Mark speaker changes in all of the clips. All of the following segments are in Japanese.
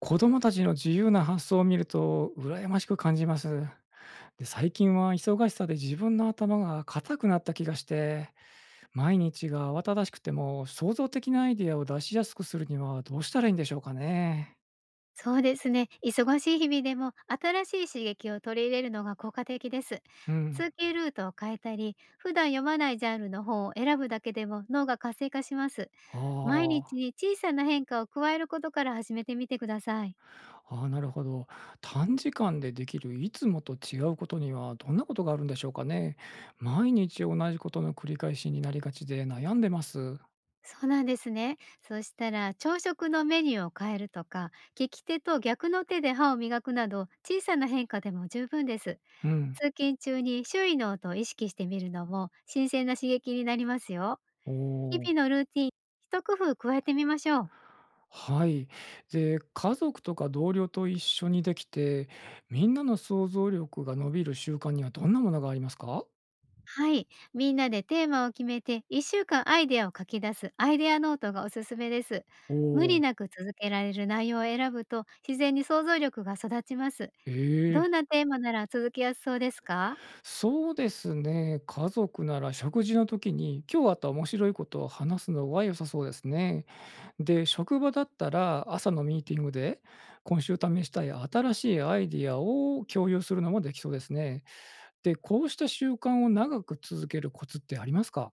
Speaker 1: 子供たちの自由な発想を見ると羨ましく感じます。で、最近は忙しさで自分の頭が硬くなった気がして、毎日が慌ただしくても創造的なアイデアを出しやすくするにはどうしたらいいんでしょうかね。
Speaker 2: そうですね。忙しい日々でも新しい刺激を取り入れるのが効果的です。
Speaker 1: うん。
Speaker 2: 通勤ルートを変えたり、普段読まないジャンルの本を選ぶだけでも脳が活性化します。
Speaker 1: あ
Speaker 2: 毎日
Speaker 1: ー
Speaker 2: に小さな変化を加えることから始めてみてください。
Speaker 1: あー、ああなるほど。短時間でできるいつもと違うことにはどんなことがあるんでしょうかね。毎日同じことの繰り返しになりがちで悩んでます。
Speaker 2: そうなんですね。そしたら朝食のメニューを変えるとか、利き手と逆の手で歯を磨くなど小さな変化でも十分です。
Speaker 1: うん。
Speaker 2: 通勤中に周囲の音を意識してみるのも新鮮な刺激になりますよ。
Speaker 1: おお。
Speaker 2: 日々のルーティン、一工夫加えてみましょう。
Speaker 1: はい。で、家族とか同僚と一緒にできて、みんなの想像力が伸びる習慣にはどんなものがありますか？
Speaker 2: はい。みんなでテーマを決めて、1週間アイデアを書き出すアイデアノートがおすすめです。
Speaker 1: お
Speaker 2: 無
Speaker 1: お
Speaker 2: 理
Speaker 1: ー。
Speaker 2: なく続けられる内容を選ぶと、自然に想像力が育ちます。
Speaker 1: ええ。
Speaker 2: どんなテーマなら続きやすそうですか？
Speaker 1: そうですね。家族なら食事の時に今日あった面白いことを話すのは良さそうですね。で、職場だったら朝のミーティングで今週試したい新しいアイディアを共有するのもできそうですね。で、こうした習慣を長く続けるコツってありますか？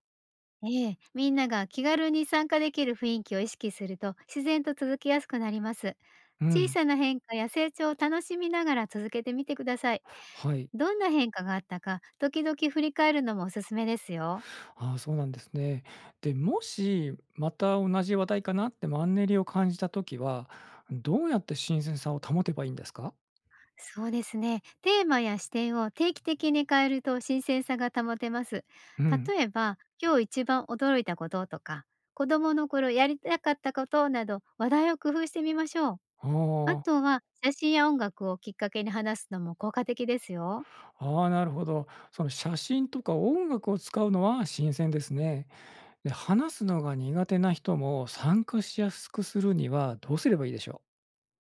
Speaker 2: ええ、みんなが気軽に参加できる雰囲気を意識すると、自然と続きやすくなります。
Speaker 1: う
Speaker 2: 小
Speaker 1: ん。
Speaker 2: さな変化や成長を楽しみながら続けてみてください。
Speaker 1: はい。
Speaker 2: どんな変化があったか、時々振り返るのもおすすめですよ。
Speaker 1: ああ、そうなんですね。で、もしまた同じ話題かなってマンネリを感じたときは、どうやって新鮮さを保てばいいんですか？
Speaker 2: そうですね。テーマや視点を定期的に変えると新鮮さが保てます。
Speaker 1: うん。
Speaker 2: 例えば、今日一番驚いたこととか、子供の頃やりたかったことなど話題を工夫してみましょう。
Speaker 1: あ
Speaker 2: あ
Speaker 1: あ、
Speaker 2: とは、写真や音楽をきっかけに話すのも効果的ですよ。
Speaker 1: ああ、なるほど。その写真とか音楽を使うのは新鮮ですね。で、話すのが苦手な人も参加しやすくするにはどうすればいいでしょ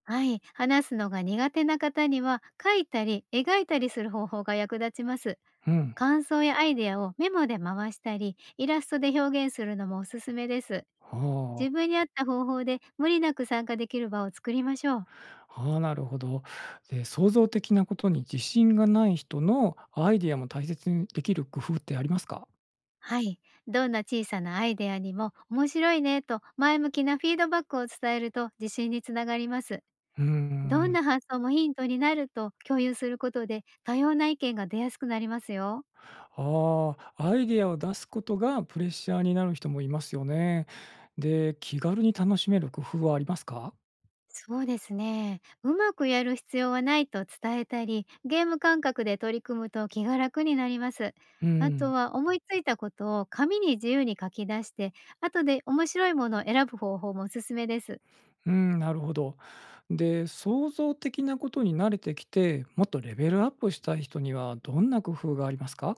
Speaker 2: はい、話すのが苦手な方には、書いたり描いたりする方法が役立ちます。
Speaker 1: う？うん。
Speaker 2: 感想やアイデアをメモで回したり、イラストで表現するのもおすすめです。
Speaker 1: あ
Speaker 2: 自分に合った方法で無理なく参加できる場を作りましょう。
Speaker 1: あ、ああ、なるほど。で、創造的なことに自信がない人のアイディアも大切にできる工夫ってありますか？
Speaker 2: はい。どんな小さなアイデアにも面白いねと前向きなフィードバックを伝えると自信につながります。
Speaker 1: うー
Speaker 2: どん
Speaker 1: ん。
Speaker 2: な発想もヒントになると共有することで多様な意見が出やすくなりますよ。
Speaker 1: ああ、アイデアを出すことがプレッシャーになる人もいますよね。で、気軽に楽しめる工夫はありますか？
Speaker 2: そうですね。うまくやる必要はないと伝えたり、ゲーム感覚で取り組むと気が楽になります。
Speaker 1: う
Speaker 2: あと
Speaker 1: ん、
Speaker 2: は思いついたことを紙に自由に書き出して、後で面白いものを選ぶ方法もおすすめです。
Speaker 1: うん、なるほど。で、創造的なことに慣れてきて、もっとレベルアップしたい人にはどんな工夫がありますか？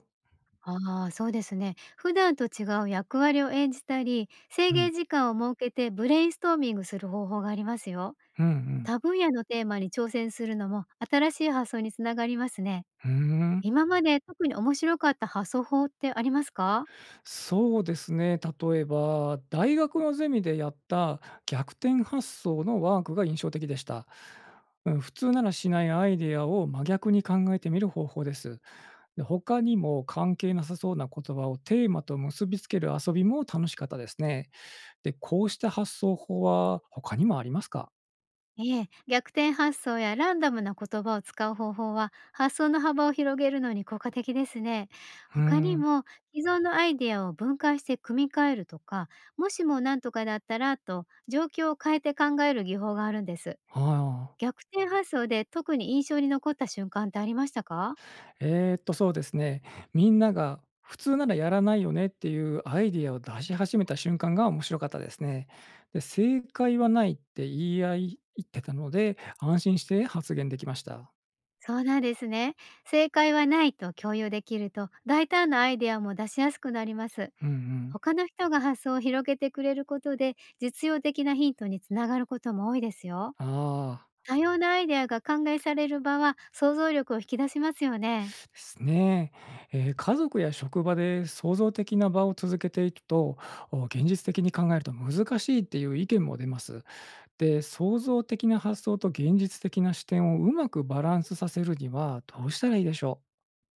Speaker 2: ああ、そうですね。普段と違う役割を演じたり、制
Speaker 1: うん、
Speaker 2: 限時間を設けてブレインストーミングする方法がありますよ。
Speaker 1: うん、うん。
Speaker 2: 多分野のテーマに挑戦するのも新しい発想につながりますね。
Speaker 1: うーん、
Speaker 2: 今まで特に面白かった発想法ってありますか？
Speaker 1: そうですね。例えば、大学のゼミでやった逆転発想のワークが印象的でした。うん。普通ならしないアイデアを真逆に考えてみる方法です。で、他にも関係なさそうな言葉をテーマと結びつける遊びも楽しかったですね。で、こうした発想法は他にもありますか？
Speaker 2: ええ、逆転発想やランダムな言葉を使う方法は発想の幅を広げるのに効果的ですね。
Speaker 1: うー
Speaker 2: 他に
Speaker 1: ん、
Speaker 2: も既存のアイデアを分解して組み替えるとか、もしもなんとかだったらと状況を変えて考える技法があるんです。
Speaker 1: はあ。
Speaker 2: 逆転発想で特に印象に残った瞬間ってありましたか？
Speaker 1: そうですね。みんなが普通ならやらないよねっていうアイディアを出し始めた瞬間が面白かったですね。で、正解はないって言い合い言ってたので、安心して発言できました。
Speaker 2: そうなんですね。正解はないと共有できると大胆なアイデアも出しやすくなります。
Speaker 1: うんうん。
Speaker 2: 他の人が発想を広げてくれることで、実用的なヒントにつながることも多いですよ。
Speaker 1: ああ。
Speaker 2: 多様なアイデアが考えされる場は想像力を引き出しますよね。
Speaker 1: ですね。家族や職場で創造的な場を続けていくと、現実的に考えると難しいっていう意見も出ます。で、創造的な発想と現実的な視点をうまくバランスさせるにはどうしたらいいでしょ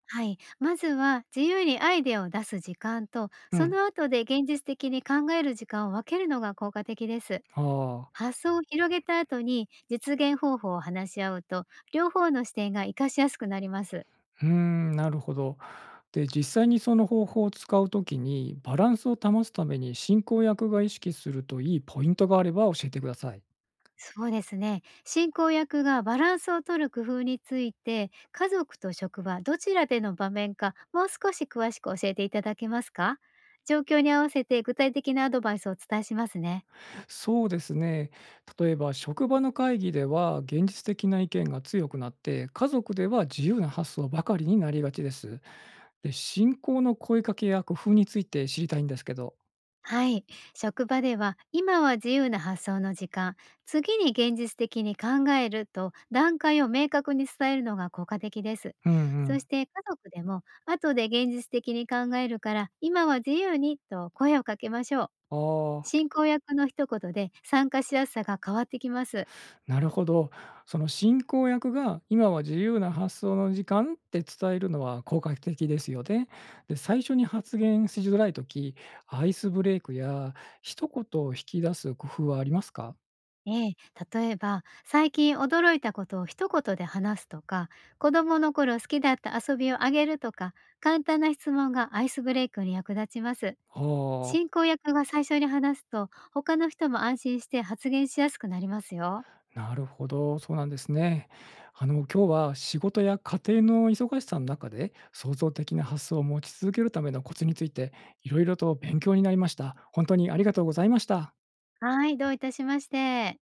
Speaker 2: はい。まずは自由にアイデアを出す時間と、
Speaker 1: う？う
Speaker 2: そ
Speaker 1: ん。
Speaker 2: の後で現実的に考える時間を分けるのが効果的です。
Speaker 1: ああ。
Speaker 2: 発想を広げた後に実現方法を話し合うと、両方の視点が活かしやすくなります。
Speaker 1: うーん、なるほど。で、実際にその方法を使うときにバランスを保つために進行役が意識するといいポイントがあれば教えてください。
Speaker 2: そうですね。進行役がバランスを取る工夫について、家族と職場、どちらでの場面か、もう少し詳しく教えていただけますか？状況に合わせて具体的なアドバイスをお伝えしますね。
Speaker 1: そうですね。例えば職場の会議では現実的な意見が強くなって、家族では自由な発想ばかりになりがちです。で、信仰の声かけや工夫について知りたいんですけど。
Speaker 2: はい。職場では、今は自由な発想の時間、次に現実的に考えると、段階を明確に伝えるのが効果的です。
Speaker 1: うんう
Speaker 2: そ
Speaker 1: ん。
Speaker 2: して家族でも、後で現実的に考えるから、今は自由にと声をかけましょう。
Speaker 1: ああ、
Speaker 2: 進行役の一言で参加しやすさが変わってきます。
Speaker 1: なるほど。その進行役が今は自由な発想の時間って伝えるのは効果的ですよね。で、最初に発言しづらいとき、アイスブレイクや一言を引き出す工夫はありますか？
Speaker 2: ええ、例えば、最近驚いたことを一言で話すとか、子供の頃好きだった遊びをあげるとか、簡単な質問がアイスブレイクに役立ちます。
Speaker 1: ああ。
Speaker 2: 進行役が最初に話すと、他の人も安心して発言しやすくなりますよ。
Speaker 1: なるほど、そうなんですね。今日は仕事や家庭の忙しさの中で、創造的な発想を持ち続けるためのコツについて、いろいろと勉強になりました。本当にありがとうございました。
Speaker 2: はい、どういたしまして。